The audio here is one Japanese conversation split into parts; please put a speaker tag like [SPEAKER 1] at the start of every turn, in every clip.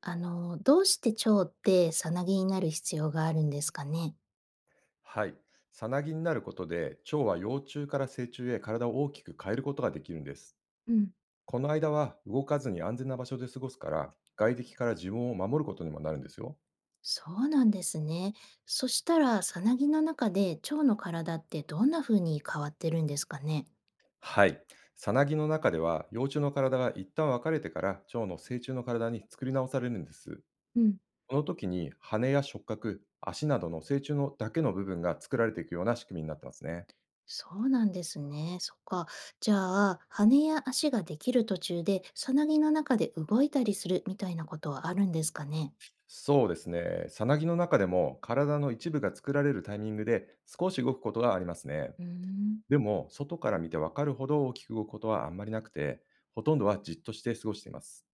[SPEAKER 1] どうして腸ってさなぎになる必要があるんですかね？
[SPEAKER 2] はい。さなぎになることで、蝶は幼虫から成虫へ体を大きく変えることができるんです。
[SPEAKER 1] うん。
[SPEAKER 2] この間は動かずに安全な場所で過ごすから、外敵から自分を守ることにもなるんですよ。
[SPEAKER 1] そうなんですね。そしたら、さなぎの中で腸の体ってどんな風に変わってるんですかね？
[SPEAKER 2] はい。さなぎの中では、幼虫の体が一旦分かれてから、蝶の成虫の体に作り直されるんです。
[SPEAKER 1] うん。
[SPEAKER 2] この時に、羽や触覚、足などの成虫のだけの部分が作られていくような仕組みになってますね。
[SPEAKER 1] そうなんですね。そっか。じゃあ、羽や足ができる途中で、さなぎの中で動いたりするみたいなことはあるんですかね？
[SPEAKER 2] そうですね。さなぎの中でも、体の一部が作られるタイミングで少し動くことがありますね。
[SPEAKER 1] うーん。
[SPEAKER 2] でも、外から見てわかるほど大きく動くことはあんまりなくて、ほとんどはじっとして過ごしています。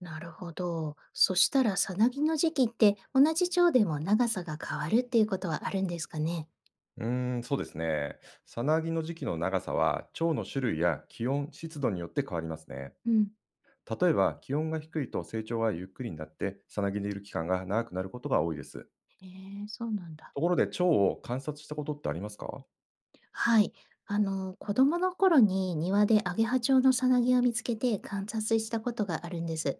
[SPEAKER 1] なるほど。そしたら、さなぎの時期って同じ腸でも長さが変わるっていうことはあるんですかね？
[SPEAKER 2] うーん、そうですね。さなぎの時期の長さは、腸の種類や気温、湿度によって変わりますね。例えば、気温が低いと成長がゆっくりになって、さなぎにいる期間が長くなることが多いです。
[SPEAKER 1] ええ、そうなんだ。
[SPEAKER 2] ところで、腸を観察したことってありますか？
[SPEAKER 1] はい。子供の頃に庭でアゲハチョウのさなぎを見つけて観察したことがあるんです。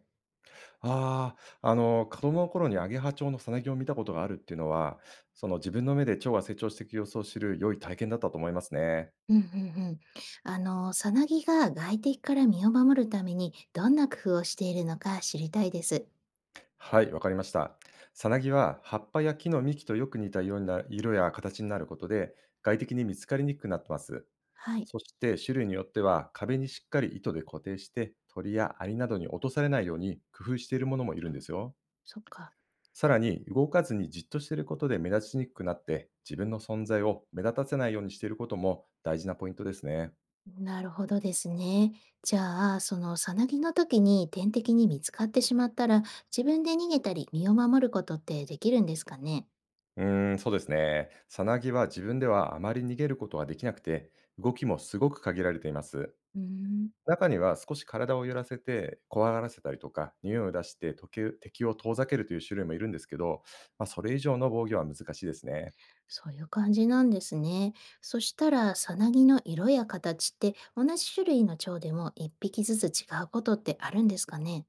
[SPEAKER 2] あ子供の頃にアゲハチョウのさなぎを見たことがあるっていうのは、その自分の目で腸が成長していく様子を知る良い体験だったと思いますね。
[SPEAKER 1] うんうんうん。さなぎが外敵から身を守るためにどんな工夫をしているのか知りたいです。
[SPEAKER 2] はい、わかりました。サナギは葉っぱや木の幹とよく似た色や形になることで、外的に見つかりにくくなってます。
[SPEAKER 1] はい。
[SPEAKER 2] そして、種類によっては壁にしっかり糸で固定して、鳥やアリなどに落とされないように工夫しているものもいるんですよ。
[SPEAKER 1] そっか。
[SPEAKER 2] さらに、動かずにじっとしていることで目立ちにくくなって、自分の存在を目立たせないようにしていることも大事なポイントですね。
[SPEAKER 1] なるほどですね。じゃあ、そのさなぎの時に天敵に見つかってしまったら、自分で逃げたり身を守ることってできるんですかね。
[SPEAKER 2] うーん、そうですね。サナギは自分ではあまり逃げることができなくて、動きもすごく限られています。
[SPEAKER 1] うーん。
[SPEAKER 2] 中には少し体を揺らせて怖がらせたりとか、匂いを出してとけ敵を遠ざけるという種類もいるんですけど、まあ、それ以上の防御は難しいですね。
[SPEAKER 1] そういう感じなんですね。そしたら、さなぎの色や形って同じ種類の蝶でも一匹ずつ違うことってあるんですかね。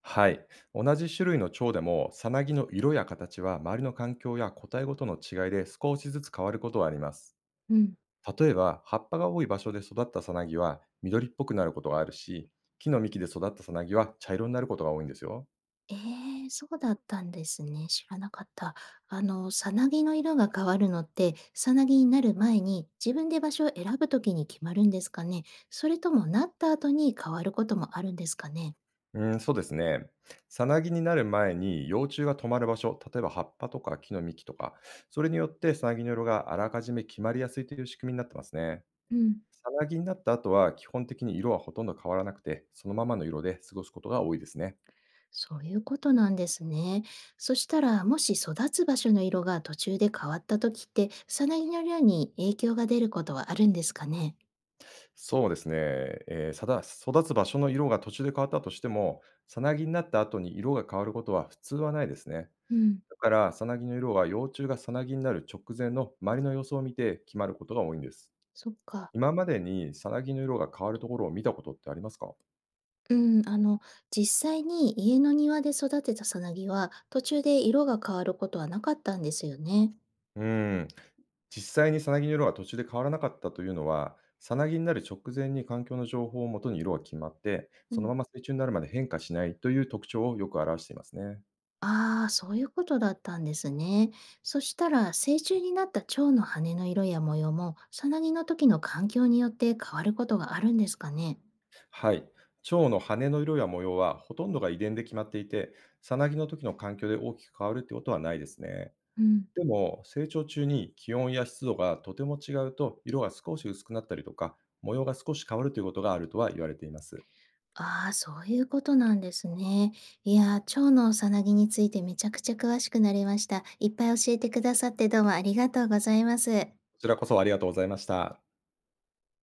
[SPEAKER 2] はい。同じ種類の蝶でも、さなぎの色や形は周りの環境や個体ごとの違いで少しずつ変わることはあります。
[SPEAKER 1] うん、
[SPEAKER 2] 例えば、葉っぱが多い場所で育ったさなぎは緑っぽくなることがあるし、木の幹で育ったさなぎは茶色になることが多いんですよ。
[SPEAKER 1] えー、そうだったんですね。知らなかった。さなぎの色が変わるのって、さなぎになる前に自分で場所を選ぶときに決まるんですかね。それともなった後に変わることもあるんですかね。
[SPEAKER 2] うん、そうですね。さなぎになる前に幼虫が止まる場所、例えば葉っぱとか木の幹とか、それによってさなぎの色があらかじめ決まりやすいという仕組みになってますね。
[SPEAKER 1] うん。
[SPEAKER 2] さなぎになった後は基本的に色はほとんど変わらなくて、そのままの色で過ごすことが多いですね。
[SPEAKER 1] そういうことなんですね。そしたら、もし育つ場所の色が途中で変わった時って、サナギの量に影響が出ることはあるんですかね。
[SPEAKER 2] そうですね。育つ場所の色が途中で変わったとしても、さなぎになった後に色が変わることは普通はないですね。
[SPEAKER 1] うん、
[SPEAKER 2] だから、さなぎの色は幼虫がさなぎになる直前の周りの様子を見て決まることが多いんです。
[SPEAKER 1] そっか。
[SPEAKER 2] 今までにさなぎの色が変わるところを見たことってありますか？
[SPEAKER 1] うん、あの、実際に家の庭で育てたサナギは、途中で色が変わることはなかったんですよね。
[SPEAKER 2] うーん、実際にさなぎの色が途中で変わらなかったというのは、さなぎになる直前に環境の情報をもとに色が決まって、
[SPEAKER 1] う
[SPEAKER 2] その
[SPEAKER 1] ん。
[SPEAKER 2] まま水中になるまで変化しないという特徴をよく表していますね。
[SPEAKER 1] ああ、そういうことだったんですね。そしたら、成虫になった蝶の羽の色や模様も、サナギの時の環境によって変わることがあるんですかね。
[SPEAKER 2] はい。蝶の羽の色や模様はほとんどが遺伝で決まっていて、さなぎの時の環境で大きく変わるってことはないですね。
[SPEAKER 1] うん。
[SPEAKER 2] でも、成長中に気温や湿度がとても違うと、色が少し薄くなったりとか、模様が少し変わるということがあるとは言われています。
[SPEAKER 1] ああ、そういうことなんですね。いやー、腸のさなぎについてめちゃくちゃ詳しくなりました。いっぱい教えてくださってどうもありがとうございます。
[SPEAKER 2] こちらこそ、ありがとうございました。